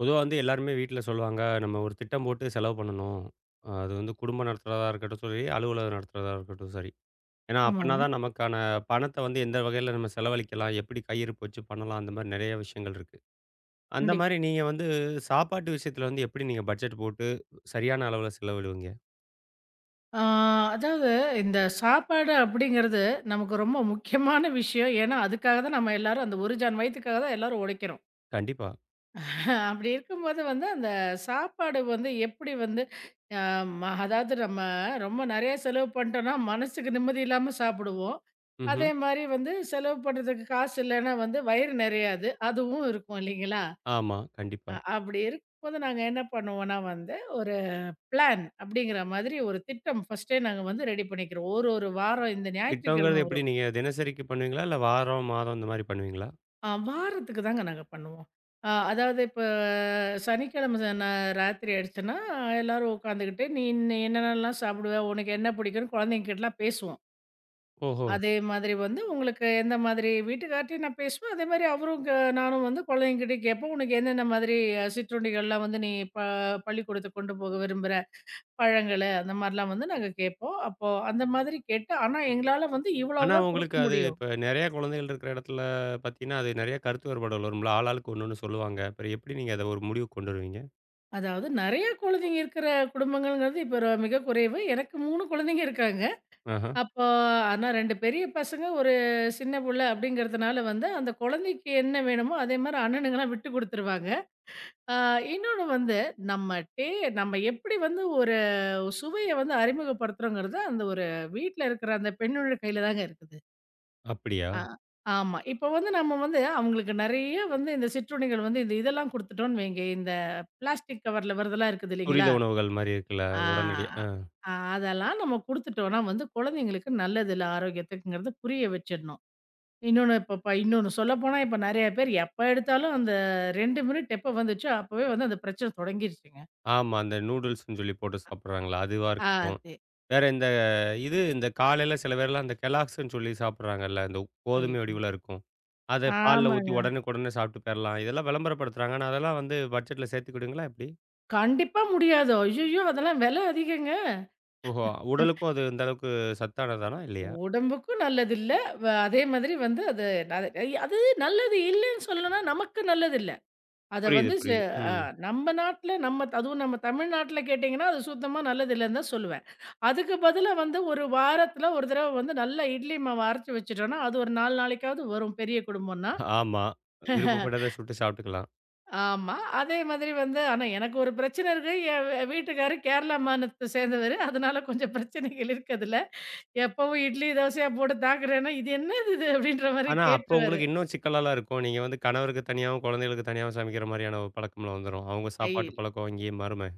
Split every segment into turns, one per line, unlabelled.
பொதுவா வந்து எல்லாருமே வீட்ல சொல்லுவாங்க, நம்ம ஒரு திட்டம் போட்டு செலவு பண்ணணும். அது வந்து குடும்பம் நடத்துறதா இருக்கட்டும் சரி, அலுவலகம் நடத்துறதா இருக்கட்டும் சரி. ஏன்னா, அப்பன்னா
ஆமாங்க.
தான் நமக்கான பணத்த வந்து எந்த வகையில நம்ம செலவழிக்கலாம், எப்படி கையிருப்பு வச்சு பண்ணலாம், அந்த மாரி நெறைய விஷயங்கள் இருக்கு. அந்த
கண்டிப்பா.
மாரி நீங்க வந்து சாப்பாட்டு விஷயத்துல வந்து எப்படி நீங்க பட்ஜெட் போட்டு சரியான அளவுல செலவிடுவீங்க?
ஆ அதாவது இந்த சாப்பாடு அப்படிங்கிறது நமக்கு ரொம்ப முக்கியமான விஷயம். ஏன்னா, அதுக்காக தான் நம்ம எல்லாரும் அந்த ஒரு ஜான் வயித்துக்காக தான் எல்லாரும் உழைக்கிறோம்.
கண்டிப்பா.
அப்படி இருக்கும்போது வந்து அந்த சாப்பாடு வந்து எப்படி வந்து அ ம அதாவது நம்ம ரொம்ப நெறைய செலவு பண்ணிட்டோம்னா, மனசுக்கு நிம்மதி இல்லாம சாப்பிடுவோம்.
ம்ஹ்ம்.
அதே மாரி வந்து செலவு பண்ணுறதுக்கு காசு இல்லன்னா வந்து வயிறு நெறையாது. அதுவும் இருக்கும் இல்லைங்களா?
ஆமா, கண்டிப்பா.
அப்படி இருக்கும்போது நாங்க என்ன பண்ணுவோம்னா வந்து பிளான் அப்படிங்கிற மாதிரி ஒரு திட்டம் ஃபர்ஸ்ட்டே நாங்க வந்து ரெடி பண்ணிக்கிறோம். ஒரு ஒரு வாரம் இந்த
திட்டம்ங்கிறது
ஞாயிற்றுக்கிழமை
எப்படி
வரும்.
நீங்க தினசரிக்கு பண்ணுவீங்களா? இல்ல வாரம், மாதம் இந்த மாரி பண்ணுவீங்களா?
வாரத்துக்கு தாங்க நாங்க பண்ணுவோம். அதாவது இப்ப சனிக்கிழமை ச நா ராத்திரி ஆயிடுச்சுன்னா, எல்லாரும் உட்காந்துக்கிட்டு, "நீ இன்ன என்னென்னலாம் சாப்பிடுவ? உனக்கு என்ன பிடிக்கும்னு?" குழந்தைங்ககிட்டலாம் பேசுவோம்.
ஓஹோ!
அதே மாதிரி வந்து உங்களுக்கு எந்த மாதிரி வீட்டுக்கார்ட்டயும் நான் பேசுவேன். அதே மாதிரி அவரும் நானும் வந்து குழந்தைங்ககிட்டயும் கேட்போம். "உனக்கு என்னென்ன மாதிரி சிற்றுண்டிகள்லாம் வந்து நீ ப பள்ளிக்கூடத்துக்கு கொண்டு போக விரும்புற?" பழங்கள அந்த மாரிலாம் வந்து நாங்க கேட்போம். அப்போ அந்த மாதிரி கேட்டு ஆனா எங்களால வந்து
ஆனா,
இவ்வளவு தான் குடுக்க
உங்களுக்கு அது
முடியும்.
இப்ப நெறைய குழந்தைகள் இருக்கிற இடத்துல பார்த்தீங்கன்னா, அது நெறைய கருத்து வேறுபாடுகள் வரும்ல. ஆளாளுக்கு ஒண்ணு, ஒண்ணு சொல்லுவாங்க. அப்புறம் எப்படி நீங்க அத ஒரு முடிவுக்கு கொண்டு வருவீங்க?
அதாவது நெறைய குழந்தைங்க இருக்கிற குடும்பங்கள்ங்கிறது இப்ப மிக குறைவு. எனக்கு 3 குழந்தைங்க இருக்காங்க.
ஆஹ.
அப்போ ஆனா 2 பெரிய பசங்க, ஒரு சின்ன புள்ள அப்படிங்கிறதுனால வந்து அந்த குழந்தைக்கு என்ன வேணுமோ அதே மாரி அண்ணனுங்கலாம் விட்டு குடுத்துருவாங்க. ஆ இன்னொன்னு வந்து நம்ம டே நம்ம எப்படி வந்து ஒரு சுவைய வந்து அறிமுகப்படுத்துறோங்கிறது அந்த ஒரு வீட்ல இருக்கிற அந்த பெண்ணோட கையில தாங்க இருக்குது.
அப்படியா?
ஆ, ஆமா. இப்ப வந்து நம்ம வந்து அவங்களுக்கு நெறைய வந்து இந்த சிற்றுண்டிகள் வந்து இதெல்லாம் குடுத்துட்டோம்ன்னு வைங்க, இந்த பிளாஸ்டிக் கவர்ல வரதெல்லாம் இருக்குது
துரித
இல்லைங்களா?
உணவுகள் மாரி இருக்குல்ல,
ஆ,
உடனடியா ஆ.
ஆ அதெல்லாம் நம்ம குடுத்துட்டோம்னா வந்து குழந்தைங்களுக்கு நல்லது இல்ல ஆரோக்கியத்துக்குங்கிறத புரிய வச்சிடணும். இன்னொன்னு இப்ப இன்னொன்னு சொல்லப்போனா இப்ப நெறைய பேர் எப்ப எடுத்தாலும் அந்த 2 மினிட் எப்ப வந்துச்சோ அப்பவே வந்து அந்த பிரச்சனை தொடங்கிருச்சுங்க.
ஆமா. அந்த நூடுல்ஸ்ன்னு சொல்லி போட்டு சாப்பிடுறாங்கல்ல, அதுவா இருக்கட்டும்.
அது.
வேற இந்த இது இந்த காலையில சில பேர்லாம் அந்த கெல்லாக்ஸ்ன்னு சொல்லி சாப்பிடுறாங்கல்ல, இந்த கோதுமை
ஐயோ!
வடிவுல இருக்கும். அத பால்ல ஊத்தி
ஆமாங்க.
உடனுக்குடனே சாப்பிட்டு போயிரலாம். இதெல்லாம் விளம்பரப்படுத்துறாங்க. ஆனா, அதெல்லாம் வந்து பட்ஜெட்ல சேர்த்துக்கிடுவீங்களா எப்படி?
கண்டிப்பா முடியாது. ஐய்யய்யோ! அதெல்லாம் விலை அதிகங்க.
ஓஹோ! உடலுக்கும் அது இந்த அளவுக்கு சத்தானதானா? இல்லையா?
உடம்புக்கும் நல்லது இல்ல. அதே மாதிரி வந்து அது அது அது நல்லது இல்லன்னு சொல்லணும்னா நமக்கு நல்லது இல்ல. அத
புரியுது,
வந்து ச
புரியுது.
அ
ம்.
நம்ம நாட்ல நம்ம அதுவும் நம்ம தமிழ்நாட்ல கேட்டீங்கன்னா, அது சுத்தமா நல்லது இல்லன்னு தான் சொல்லுவேன். அதுக்கு பதிலா வந்து ஒரு வாரத்துல ஒரு தடவ வந்து நல்லா இட்லி மாவு அரைச்சு வச்சுட்டோம்னா, அது ஒரு 4 நாளைக்காவது வரும் பெரிய குடும்பம்னா.
ஆமா. விருப்பப்பட்டத சுட்டு சாப்பிட்டுக்கலாம்.
ஆமா. அதே மாதிரி வந்து ஆனா எனக்கு ஒரு பிரச்சனை இருக்கு. என் வீட்டுக்காரரு கேரளா மாநிலத்த சேர்ந்தவரு. அதனால கொஞ்சம் பிரச்சனைகள் இருக்கு அதுல. எப்பவும் இட்லி, தோசையா போட்டு தாக்குறேன்னா, "இது என்னது இது?" அப்படின்ற மாரி
ஆனா, அப்ப
கேட்டுருவாரு.
உங்களுக்கு இன்னும் சிக்கலாலாம் இருக்கும். நீங்க வந்து கணவருக்கு தனியாவும், குழந்தைகளுக்கு தனியாவும் சமைக்கிற மாரியான ஒரு பழக்கம்லாம் வந்துரும். அவங்க சாப்பாட்டு
ஐய்யய்யோ!
பழக்கம் இங்கேயே மாறுமே!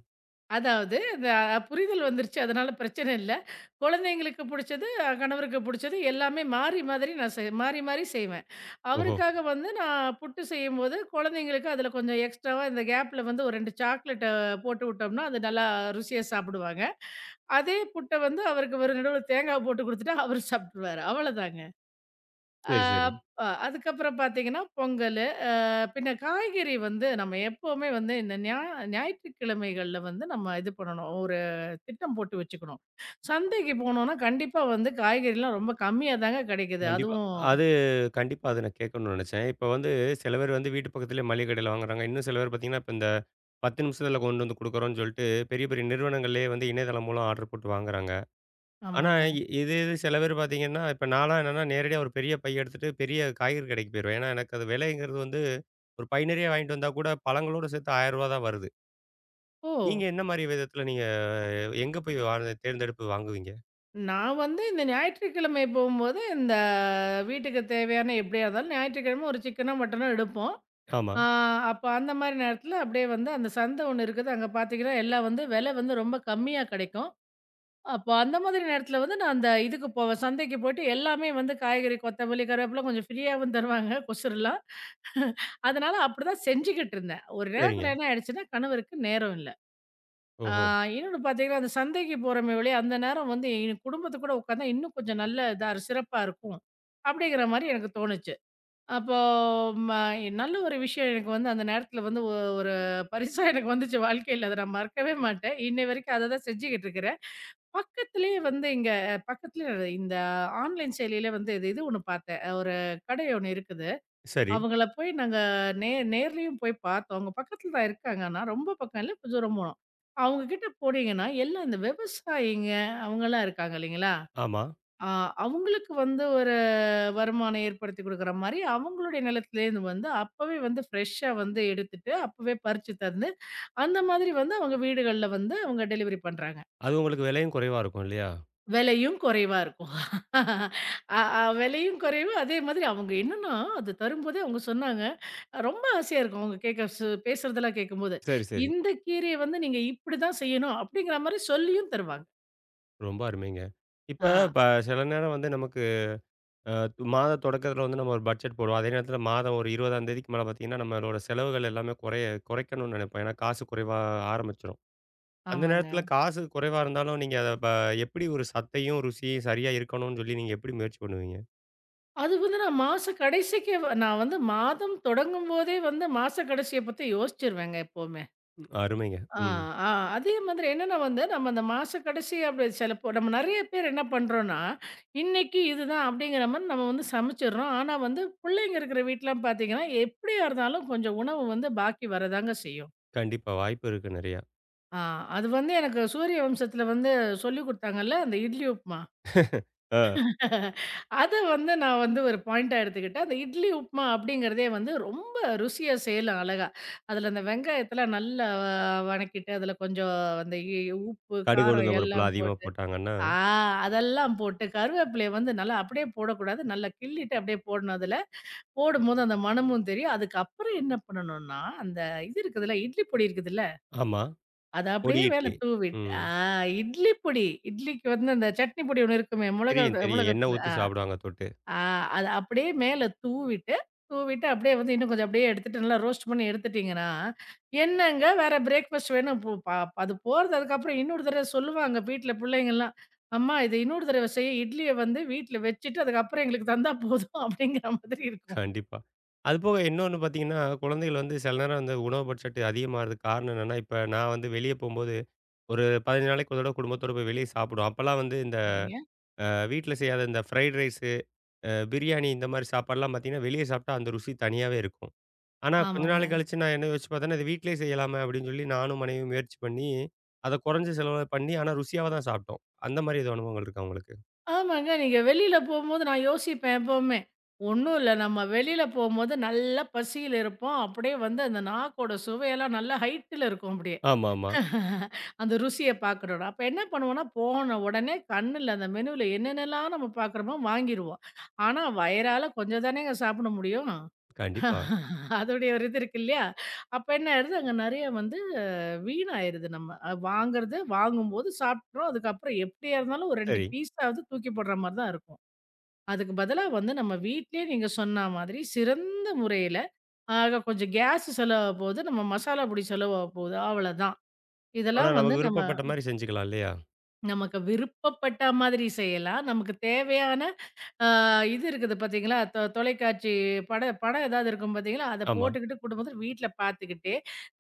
அதாவது அந்த புரிதல் வந்துருச்சு. அதனால பிரச்சனை இல்ல. குழந்தைங்களுக்கு புடிச்சது, கணவருக்கு புடிச்சது எல்லாமே மாறி மாதிரி நான் மாறி மாறி செய்வேன்.
ஓஹோ!
அவருக்காக வந்து நான் புட்டு செய்யும்போது, குழந்தைங்களுக்கு அதில கொஞ்சம் எக்ஸ்ட்ராவா இந்த கேப்ல வந்து ஒரு 2 சாக்லேட்ட போட்டு விட்டோம்னா, அது நல்லா ருசியா சாப்பிடுவாங்க. அதே புட்ட வந்து அவருக்கு ஒரு நடுவுல தேங்காய் போட்டு குடுத்துட்டா, அவரு சாப்ட்டுருவாரு. அவ்வளதாங்க. ஆ,
சரி, சரி.
அ அதுக்கப்புறம் பார்த்தீங்கன்னா, பொங்கலு. பின்ன காய்கறி வந்து நம்ம எப்பவுமே வந்து இந்த ஞாயிற்றுக்கிழமைகள்ல வந்து நம்ம இது பண்ணணும். ஒரு திட்டம் போட்டு வச்சுக்கணும். சந்தைக்கு போனோம்னா, கண்டிப்பா வந்து காய்கறிலாம் ரொம்ப கம்மியா தாங்க கெடைக்குது.
கண்டிப்பா.
அதுவும்
அது கண்டிப்பா அத நான் கேட்கணும்னு நெனச்சேன். இப்ப வந்து சில பேர் வந்து வீட்டு பக்கத்திலேயே மளிகை கடையில வாங்குறாங்க. இன்னும் சில பேர் பார்த்தீங்கன்னா, இப்ப இந்த 10 நிமிஷத்தில கொண்டு வந்து குடுக்குறோம்ன்னு சொல்லிட்டு, பெரிய பெரிய நிறுவனங்கள்லேயே வந்து இணையதளம் மூலம் ஆர்டர் போட்டு வாங்குறாங்க. ஆனா,
ஆமாங்க.
இது இது சில பேர் பார்த்தீங்கன்னா, இப்ப நான்லாம் என்னன்னா, நேரடியா ஒரு பெரிய பை எடுத்துட்டு பெரிய காய்கறி கடைக்கு போயிருவேன். ஏன்னா, எனக்கு அது விலைங்கிறது வந்து ஒரு பை நிறைய வாங்கிட்டு வந்தா கூட பழங்களோட சேர்த்து ரூ. 1,000 தான் வருது.
ஓ!
நீங்க என்ன மாரி விதத்துல நீங்க எங்க போய் வா தேர்ந்தெடுப்பு வாங்குவீங்க?
நான் வந்து இந்த ஞாயிற்றுக்கிழமை போம்போது, இந்த வீட்டுக்கு தேவையான எப்படியா இருந்தாலும் ஞாயிற்றுக்கிழமை ஒரு சிக்கனோ, மட்டனோ எடுப்போம்.
ஆமா.
ஆ அப்ப அந்த மாரி நேரத்தில அப்படியே வந்து அந்த சந்தை ஒண்ணு இருக்குது. அங்க பார்த்தீங்கன்னா, எல்லாம் வந்து விலை வந்து ரொம்ப கம்மியா கெடைக்கும். அப்போ அந்த மாதிரி நேரத்தில வந்து நான் அந்த இதுக்கு போவேன். சந்தைக்கு போயிட்டு எல்லாமே வந்து காய்கறி, கொத்தமல்லி, கருவேப்பில கொஞ்சம் ஃப்ரீயாவும் தருவாங்க கொசுரெல்லாம். அதனால அப்படிதான் செஞ்சுகிட்டு இருந்தேன். ஒரு
சரிங்க.
நேரத்தில என்ன ஆயிடுச்சுன்னா, கணவருக்கு நேரம் இல்ல. ஆ
ஓஹோ!
இன்னொன்னு பார்த்தீங்கன்னா, அந்த சந்தைக்கு போறோமே ஒழிய, அந்த நேரம் வந்து என் குடும்பத்து கூட உட்காந்தா இன்னும் கொஞ்சம் நல்ல இதா சிறப்பா இருக்கும். அப்படிங்கிற மாரி எனக்கு தோணுச்சு. அப்போ ம நல்ல ஒரு விஷயம் எனக்கு வந்து அந்த நேரத்தில வந்து ஒரு பரிசா எனக்கு வந்துச்சு வாழ்க்கையில. அத நான் மறக்கவே மாட்டேன். இன்னை வரைக்கும் அத தான் செஞ்சுகிட்டு இருக்கிறேன். பக்கத்திலேயே வந்து இங்க பக்கத்துல இந்த ஆன்லைன் செயலியில வந்து இது இது ஒண்ணு பார்த்தேன். ஒரு கடை ஒண்ணு இருக்குது.
சரி.
அவங்கள போய் நாங்க நேர்லயும் போய் பார்த்தோம். அவங்க பக்கத்துல தான் இருக்காங்க. ஆனா ரொம்ப பக்கம் இல்ல. கொஞ்சம் தூரம். அவங்க கிட்ட போனீங்கன்னா, எல்லாம் இந்த விவசாயிங்க அவங்கலாம் இருக்காங்க இல்லைங்களா?
ஆமா.
ஆ அவங்களுக்கு வந்து ஒரு வருமானம் ஏற்படுத்தி குடுக்குற மாரி, அவங்களுடைய நிலத்திலேருந்து வந்து அப்பவே வந்து ஃப்ரெஷ்ஷா வந்து எடுத்துட்டு, அப்பவே பறிச்சு தந்து, அந்த மாதிரி வந்து அவங்க வீடுகள்ல வந்து அவங்க டெலிவரி பண்றாங்க.
அது உங்களுக்கு விலையும் குறைவா இருக்கும் இல்லையா?
விலையும் குறைவா இருக்கும். அ அ விலையும் குறைவு, அதே மாதிரி அவங்க என்னன்னா, அது தரும்போதே அவங்க சொன்னாங்க, ரொம்ப ஆசையா இருக்கும் அவங்க கேட்க பேசுறதெல்லாம் கேட்கும்போது.
சரி, சரி.
"இந்த கீரைய வந்து நீங்க இப்படிதான் செய்யணும்." அப்படிங்கிற மாரி சொல்லியும் தருவாங்க.
ரொம்ப அருமைங்க. இப்ப
ஆ,
ப சில நேரம் வந்து நமக்கு அ மாத தொடக்கத்தில வந்து நம்ம ஒரு பட்ஜெட் போடுவோம். அதே நேரத்தில மாதம் ஒரு 20ஆம் தேதிக்கு மேல பார்த்தீங்கன்னா, நம்மளோட செலவுகள் எல்லாமே குறைய குறைக்கணும்னு நினைப்போம். ஏன்னா காசு குறைவா ஆரம்பிச்சுரும். அந்த
ஆமாங்க.
நேரத்தில காசு குறைவா இருந்தாலும், நீங்க அத எப்படி ஒரு சத்தையும், ருசியும் சரியா இருக்கணும்னு சொல்லி நீங்க எப்படி முயற்சி பண்ணுவீங்க?
அது வந்து நான் மாச கடைசிக்கு நான் வந்து மாதம் தொடங்கும்போதே வந்து மாச கடைசிய பத்தி யோசிச்சுருவேங்க எப்பவுமே.
ம், அருமைங்க.
ஆ,
ம்.
ஆ. அதே மாதிரி என்னன்னா வந்து, நம்ம அந்த மாச கடைசி அப்படி சிலப்போ நம்ம நெறைய பேர் என்ன பண்றோம்ன்னா, இன்னைக்கு இதுதான் அப்படிங்கிற மாரி நம்ம வந்து சமைச்சிடுறோம். ஆனா வந்து பிள்ளைங்க இருக்கிற வீட்லாம் பார்த்தீங்கன்னா, எப்படியா இருந்தாலும் கொஞ்சம் உணவு வந்து பாக்கி வரதாங்க செய்யும்.
கண்டிப்பா வாய்ப்பு இருக்கு நெறையா.
ஆ அது வந்து எனக்கு சூரிய வம்சத்தில வந்து சொல்லிக் குடுத்தாங்கல்ல, அந்த இட்லி உப்புமா.
ஆ
அத வந்து நான் வந்து ஒரு பாயிண்ட்டா எடுத்துக்கிட்டேன். அந்த இட்லி, உப்புமா அப்படிங்கிறதே வந்து ரொம்ப ருசியா செய்யலாம் அழகா. அதுல அந்த வெங்காயத்தலாம் நல்லா வணக்கிட்டு, அதுல கொஞ்சம் அந்த உப்பு,
கடுகு
காரம்
உளுந்தம் பருப்புலாம்
எல்லாம்
அதிகமா
போட்டு
போட்டாங்கன்னா
ஆ அதெல்லாம் போட்டு கருவேப்பிலைய வந்து நல்லா அப்படியே போடக்கூடாது. நல்லா கிள்ளிட்டு அப்படியே போடணும் அதுல. போடும்போது அந்த மணமும் தெரியும். அதுக்கப்புறம் என்ன பண்ணணும்னா, அந்த இது இருக்குதுல்ல, இட்லி பொடி இருக்குதுல்ல,
ஆமா.
அத
பொடி
அப்படியே மேல
இட்லி.
தூவிட்டு
ம்.
இட்லி பொடி. இட்லிக்கு வந்து அந்த சட்னி பொடி ஒண்ணு இருக்குமே,
தெரியும், தெரியும். எண்ணெய்
மிளகாத்தூள்.
ஊத்தி
ஆ.
சாப்பிடுவாங்க தொட்டு.
ஆ அத அப்படியே மேல தூவிட்டு, தூவிட்டு அப்படியே வந்து இன்னும் கொஞ்சம் அப்படியே எடுத்துட்டு நல்லா ரோஸ்ட் பண்ணி எடுத்துட்டீங்கன்னா, என்னங்க வேற பிரேக்ஃபாஸ்ட் வேணும். பு ப அது போறது அதுக்கப்புறம் இன்னொரு தடவ சொல்லுவாங்க வீட்ல பிள்ளைங்கலாம். அம்மா இத இன்னொரு தடவ செய் இட்லிய வந்து வீட்ல வச்சுட்டு அதுக்கப்புறம் எங்களுக்கு தந்தா போதும் அப்படிங்கிற மாதிரி இருக்கும்.
கண்டிப்பா. அதுபோக இன்னொன்னு பார்த்தீங்கன்னா, குழந்தைகள் வந்து சில நேரம் வந்து உணவு பட்ஜெட் அதிகமாகுறது காரணம் என்னன்னா, இப்ப நான் வந்து வெளிய போம்போது ஒரு 15 நாளைக்கு ஒரு தடவ குடும்பத்தோட போய் வெளிய சாப்பிடுவோம். அப்பலாம் வந்து இந்த
சரிங்க.
அ வீட்ல செய்யாத இந்த ஃப்ரைட் ரைஸு, பிரியாணி இந்த மாரி சாப்பாடுலாம் பார்த்தீங்கன்னா, வெளிய சாப்பிட்டா அந்த ருசி தனியாவே இருக்கும். ஆனா கொஞ்ச
ஆமாங்க.
நாள் கழிச்சு நான் என்ன யோசிச்சு பார்த்தேன்னா, இது வீட்லயே செய்யலாமே அப்படின்னு சொல்லி நானும் மனைவியும் முயற்சி பண்ணி, அத குறைஞ்ச செலவுல பண்ணி ஆனா ருசியாவ தான் சாப்பிட்டோம். அந்த மாரி எதுவும் அனுபவங்கள் இருக்கா உங்களுக்கு?
ஆமாங்க. நீங்க வெளியில போம்போது நான் யோசிப்பேன் எப்பவுமே. ஒண்ணும் இல்ல நம்ம வெளியில போம்போது நல்லா பசியில இருப்போம். அப்படியே வந்து அந்த நாக்கோட சுவையெல்லாம் நல்லா ஹைட்ல இருக்கும் அப்படியே.
ஆமாமா.
அந்த ருசிய பார்க்கணும்னா, அப்ப என்ன பண்ணுவோம்னா, போன உடனே கண்ணுல அந்த மெனுல என்னென்னலாம் நம்ம பார்க்குறோமோ வாங்கிருவோம். ஆனா, வயிறால கொஞ்சம் தானேங்க சாப்பிட முடியும்.
கண்டிப்பா.
அதோடைய ஒரு இது இருக்கு இல்லையா? அப்ப என்ன ஆயிடுது, அங்க நெறைய வந்து வீணாயிருது நம்ம. வாங்குறது வாங்கும்போது சாப்பிட்டுறோம். அதுக்கப்புறம் எப்படியா இருந்தாலும் ஒரு 2
சரி.
பீஸாவது தூக்கி போடுற மாரி தான் இருக்கும். அதுக்கு பதிலா வந்து நம்ம வீட்லயே நீங்க சொன்ன மாதிரி சிறந்த முறையில, ஆக கொஞ்சம் கேஸ் செலவாக போகுது, நம்ம மசாலா பொடி செலவாக போகுது, அவ்வளதான்.
ஆனா
இதெல்லாம் வந்து
நமக்கு
நம்ம
விருப்பப்பட்ட மாரி செஞ்சுக்கலாம் இல்லையா?
நமக்கு விருப்பப்பட்ட மாதிரி செய்யலாம். நமக்கு தேவையான அ இது இருக்குது பார்த்தீங்களா, தொலைக்காட்சி படம் ஏதாவது இருக்கும் பார்த்தீங்களா, அத
ஆமா.
போட்டுக்கிட்டு குடும்பத்தில வீட்ல பார்த்துக்கிட்டே,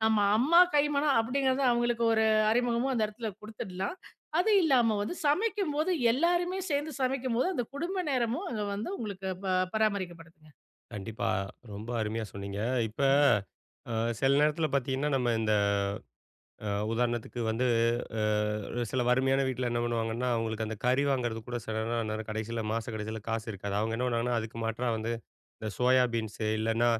நம்ம அம்மா கைமணம் அப்படிங்கிறத அவங்களுக்கு ஒரு அறிமுகமும் அந்த இடத்துல குடுத்துடலாம். அது இல்லாம வந்து சமைக்கும்போது எல்லாருமே சேர்ந்து சமைக்கும்போது, அந்த குடும்ப நேரமும் அங்க வந்து உங்களுக்கு பராமரிக்கப்படுதுங்க.
கண்டிப்பா. ரொம்ப அருமையா சொன்னீங்க. இப்ப
நன்றி.
அ சில நேரத்தில பார்த்தீங்கன்னா, நம்ம இந்த உதாரணத்துக்கு வந்து சில வறுமையான வீட்ல என்ன பண்ணுவாங்கன்னா, அவங்களுக்கு அந்த கறி வாங்குறதுக்கு கூட சில நேரம் அந்நேரம் கடைசியில மாச கடைசியில காசு இருக்காது. அவங்க என்ன பண்ணுவாங்கன்னா, அதுக்கு மாற்றா வந்து இந்த சோயா பீன்ஸு இல்லன்னா,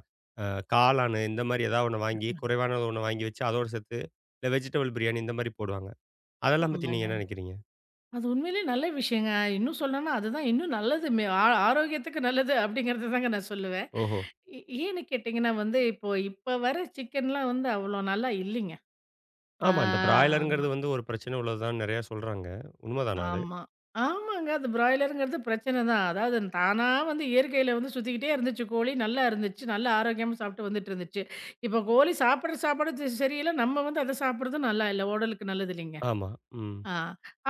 அ காளானு இந்த மாரி ஏதாவது ஒண்ணு வாங்கி குறைவானது ஒண்ணு வாங்கி வச்சு அதோட சேர்த்து இந்த வெஜிடபிள் பிரியாணி இந்த மாரி போடுவாங்க. அதெல்லாம் பத்தி நீங்க
ஆமாங்க.
என்ன நெனைக்கிறீங்க?
அது உண்மையிலேயே நல்ல விஷயங்க. இன்னும் சொல்லணும்னா அதுதான் இன்னும் நல்லது. மே ஆ ஆரோக்கியத்துக்கு நல்லது அப்படிங்கிறத தாங்க நான் சொல்லுவேன்.
ஓஹோ!
ஏ ஏன்னு கேட்டீங்கன்னா வந்து, இப்போ இப்ப வர சிக்கன்லாம் வந்து அவ்வளோ நல்லா இல்லைங்க. ஆ
ஆமா. இந்த
ஆமா,
பிராய்லருங்கிறது வந்து ஒரு பிரச்சனை உள்ளது தான் நெறையா சொல்றாங்க. உண்மதானா அது?
ஆமா. ஆமாங்க. அது பிராய்லருங்கிறது பிரச்சனை தான். அதாவது தானா வந்து இயற்கையில வந்து சுத்திக்கிட்டே இருந்துச்சு கோழி. நல்லா இருந்துச்சு. நல்ல ஆரோக்கியமா சாப்பிட்டு வந்துட்டு இருந்துச்சு. இப்போ கோழி சாப்பிடுற சாப்பாடு சரியில்ல. நம்ம வந்து அத சாப்பிடுறதும் நல்லா இல்ல. உடலுக்கு நல்லது இல்லைங்க.
ஆமா. ம்.
ஆ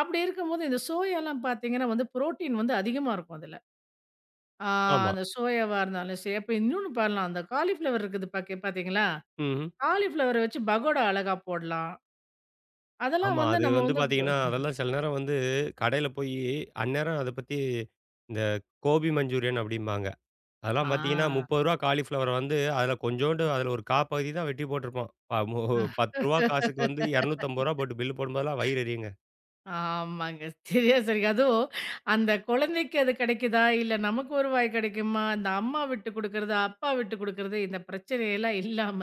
அப்படி இருக்கும்போது இந்த சோயாலாம் பார்த்தீங்கன்னா வந்து புரோட்டீன் வந்து அதிகமா இருக்கும் அதுல. ஆ
ஆமா.
அந்த சோயாவா இருந்தாலும் சரி, அப்ப இன்னொன்னு பண்ணலாம். அந்த காலிஃப்ளவர் இருக்குது பாக்க பார்த்தீங்களா?
ம்.
காலிஃப்ளவர வச்சு பகோடா அழகா போடலாம். அதெல்லாம்
ஆமா.
வந்து
அது
நம்ம
வந்து
வந்து
பார்த்தீங்கன்னா, அதெல்லாம் சில நேரம் வந்து கடையில போயி, அந்நேரம் அத பத்தி இந்த கோபி மஞ்சூரியன் அப்படிம்பாங்க.
ஆ.
அதெல்லாம் பார்த்தீங்கன்னா, ரூ. 30 காலிஃப்ளவர் வந்து அதில கொஞ்சோண்டு அதில ஒரு 1/4 பகுதி தான் வெட்டி போட்டிருப்பான். ப மு ரூ. 10 காசுக்கு வந்து ரூ. 250 போட்டு பில் போடும்போதெல்லாம் வயிறு எரியுங்க.
ஆமாங்க. சரியா சொன்னீங்க. அதுவும் அந்த குழந்தைக்கு அது கிடைக்குதா? இல்ல நமக்கு ஒரு வாய் கிடைக்குமா? இந்த அம்மா விட்டு குடுக்குறது, அப்பா விட்டு குடுக்குறது இந்த பிரச்சனையெல்லாம் இல்லாம,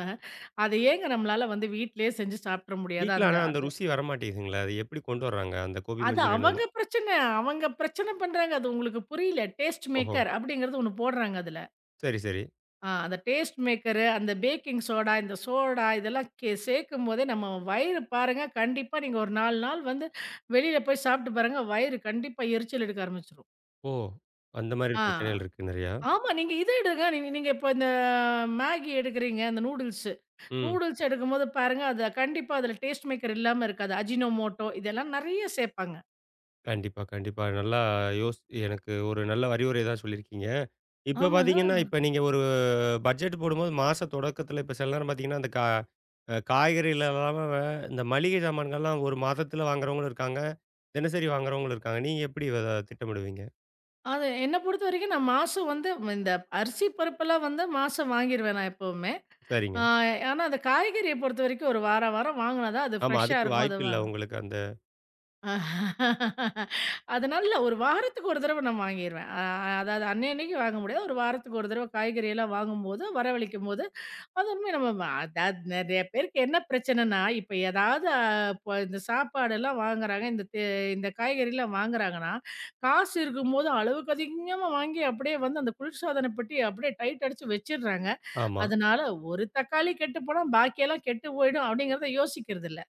அத ஏங்க நம்மளால வந்து வீட்லயே செஞ்சு சாப்பிட்ற முடியாது?
வீட்ல
அந்த
ஆனா அந்த
அது
ருசி வரமாட்டேங்குதுங்களே. அது எப்படி கொண்டு வர்றாங்க அந்த கோபி
அது
மஞ்சூரியன் வந்து?
அவங்க பிரச்சனை. அவங்க பிரச்சனை பண்றாங்க. அது உங்களுக்கு புரியல. டேஸ்ட்
ஓஹோ!
மேக்கர் அப்படிங்கிறது ஒண்ணு போடுறாங்க அதுல.
சரி, சரி.
அந்த டேஸ்ட் மேக்கரு, அந்த பேக்கிங் சோடா, இந்த சோடா இதெல்லாம் சேர்க்கும்போதே நம்ம வயிறு பாருங்க, கண்டிப்பா நீங்க ஒரு 4 நாள் வந்து வெளியில போய் சாப்பிட்டு பாருங்க, வயிறு கண்டிப்பா எரிச்சல் எடுக்க ஆரம்பிச்சுரும்.
ஓ! அந்த மாரி
ஆ.
பிரச்சனைகள் இருக்கு நெறையா.
ஆமா. நீங்க இத எடுங்க. நீங்க நீங்க இப்ப இந்த மேகி எடுக்குறீங்க, அந்த நூடுல்ஸு.
ம்.
நூடுல்ஸ் எடுக்கும்போது பாருங்க, அது கண்டிப்பா அதுல டேஸ்ட் மேக்கர் இல்லாம இருக்காது. அஜினோமோட்டோ இதெல்லாம் நெறைய சேர்ப்பாங்க.
கண்டிப்பா, கண்டிப்பா. நல்லா யோசி எனக்கு ஒரு நல்ல அறிவுரை தான் சொல்லியிருக்கீங்க. இப்ப பார்த்தீங்கன்னா,
ஆமாங்க.
இப்ப நீங்க ஒரு பட்ஜெட் போடும்போது மாச தொடக்கத்துல இப்ப சில நேரம் பார்த்தீங்கன்னா, அந்த கா காய்கறில இல்லாம இந்த மளிகை சாமான்கள்லாம் ஒரு மாதத்துல வாங்குறவங்களும் இருக்காங்க. தினசரி வாங்குறவங்களும் இருக்காங்க. நீங்க எப்படி அத திட்டமிடுவீங்க?
அது என்ன பொறுத்தவரைக்கும் நான் மாசம் வந்து இந்த அரிசி பருப்பெல்லாம் வந்து மாசம் வாங்கிருவேன் நான் எப்பவுமே.
சரிங்க.
ஆ ஆனா, அந்த காய்கறிய பொறுத்தவரைக்கும் ஒரு வாரம், வாரம் வாங்குனா தான் அது
ஆமா.
ஃப்ரெஷ்ஷா
அதுக்கு
இருக்கும். அது
வாய்ப்பில்ல உங்களுக்கு அந்த
ஆஹ் அதனால இல்ல ஒரு வாரத்துக்கு ஒரு தடவ நான் வாங்கிருவேன். அதாவது அன்னைக்கு வாங்க முடியாது. ஒரு வாரத்துக்கு ஒரு தடவ காய்கறி எல்லாம் வாங்கும்போது, வரவழைக்கும்போது, அது உண்மைய நம்ம அதாவது நெறைய பேருக்கு என்ன பிரச்சனைன்னா, இப்ப ஏதாவது இப்ப இந்த சாப்பாடெல்லாம் வாங்குறாங்க. இந்த இந்த காய்கறிலாம் வாங்குறாங்கன்னா, காசு இருக்கும்போது அளவுக்கு அதிகமா வாங்கி அப்படியே வந்து அந்த குளிர்சாதன பெட்டிய அப்படியே டைட் அடிச்சு வச்சுடுறாங்க.
ஆமா.
அதனால ஒரு தக்காளி கெட்டு போனா பாக்கியெல்லாம் கெட்டு போயிடும் அப்படிங்கிறத யோசிக்கிறது இல்ல.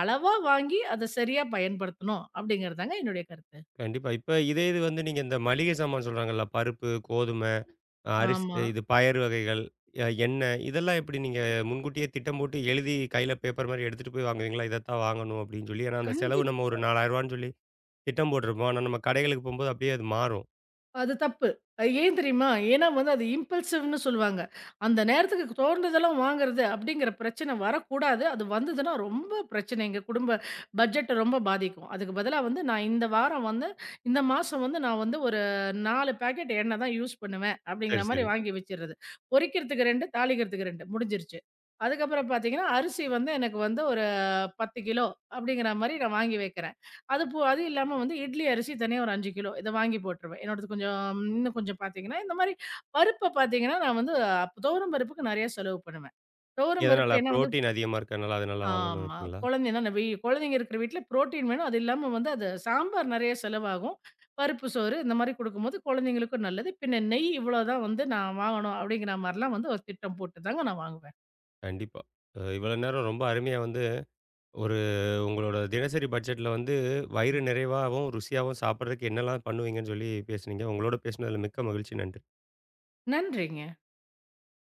அளவா வாங்கி அத சரியா பயன்படுத்தணும் அப்படிங்கிறதாங்க என்னுடைய கருத்து.
கண்டிப்பா. இப்ப இதே இது வந்து நீங்க இந்த மளிகை சாமான் சொல்றாங்கல்ல, பருப்பு, அரிசி
ஆமா.
இது பயறு வகைகள், எண்ணெய் இதெல்லாம் எப்படி நீங்க முன்கூட்டியே திட்டம் போட்டு எழுதி கையில பேப்பர் மாரி எடுத்துட்டு போய் வாங்குவீங்களா? இதத்தான் வாங்கணும் அப்படின்னு சொல்லி. ஏன்னா அந்த செலவு நம்ம
கண்டிப்பா.
ஒரு ரூ. 4000ன்னு சொல்லி திட்டம் போட்டிருப்போம். ஆனா நம்ம கடைகளுக்கு போம்போது அப்படியே அது மாறும்.
அது தப்பு. அது ஏன் தெரியுமா? ஏன்னா வந்து அது இம்பல்சிவ்ன்னு சொல்லுவாங்க. அந்த நேரத்துக்கு தோன்றதெல்லாம் வாங்குறது அப்படிங்கிற பிரச்சனை வரக்கூடாது. அது வந்ததுன்னா ரொம்ப பிரச்சனை. எங்க குடும்ப பட்ஜெட்ட ரொம்ப பாதிக்கும். அதுக்கு பதிலா வந்து நான் இந்த வாரம் வந்து இந்த மாசம் வந்து நான் வந்து ஒரு 4 பாக்கெட் எண்ணெய் தான் யூஸ் பண்ணுவேன்
சரி,
அப்படிங்கிற மாரி
சரி.
வாங்கி வச்சுர்றது. பொரிக்கிறதுக்கு 2, தாளிக்கிறதுக்கு 2 முடிஞ்சிருச்சு. அதுக்கப்புறம் பார்த்தீங்கன்னா, அரிசி வந்து எனக்கு வந்து ஒரு 10 கிலோ அப்படிங்கிற மாரி நான் வாங்கி வைக்கிறேன். அது போ அது இல்லாம வந்து இட்லி அரிசி தனியா ஒரு 5 கிலோ இத வாங்கி போட்டுருவேன். என்னோடது கொஞ்சம் இன்னும் கொஞ்சம் பார்த்தீங்கன்னா, இந்த மாரி பருப்ப பார்த்தீங்கன்னா, நான் வந்து துவரம் பருப்புக்கு நெறைய செலவு பண்ணுவேன். துவரம்
எதனால?
பருப்பு ஏன்னா வந்து
புரோட்டீன் அதிகமா இருக்கனால அதனால வாங்கணும்னு
ஆமா.
இருப்பீங்களா?
குழந்தைன்னா நம்ம குழந்தைங்க இருக்கிற வீட்ல புரோட்டீன் வேணும். அது இல்லாம வந்து அது சாம்பார் நெறைய செலவாகும். பருப்பு சோறு இந்த மாரி குடுக்கும்போது குழந்தைங்களுக்கும் நல்லது. பின்ன நெய் இவ்வளோ தான் வந்து நான் வாங்கணும் அப்படிங்கிற மாரிலாம் வந்து ஒரு திட்டம் போட்டு தாங்க நான் வாங்குவேன்.
கண்டிப்பா. இவ்வளோ நேரம் ரொம்ப அருமையா வந்து ஒரு உங்களோட தினசரி பட்ஜெட்ல வந்து வயிறு நிறைவாவும், ருசியாவும் சாப்பிடுறதுக்கு என்னெல்லாம் பண்ணுவீங்கன்னு சொல்லி பேசுனீங்க. உங்களோட பேசினதுல மிக்க மகிழ்ச்சி. நன்றி.
நன்றிங்க.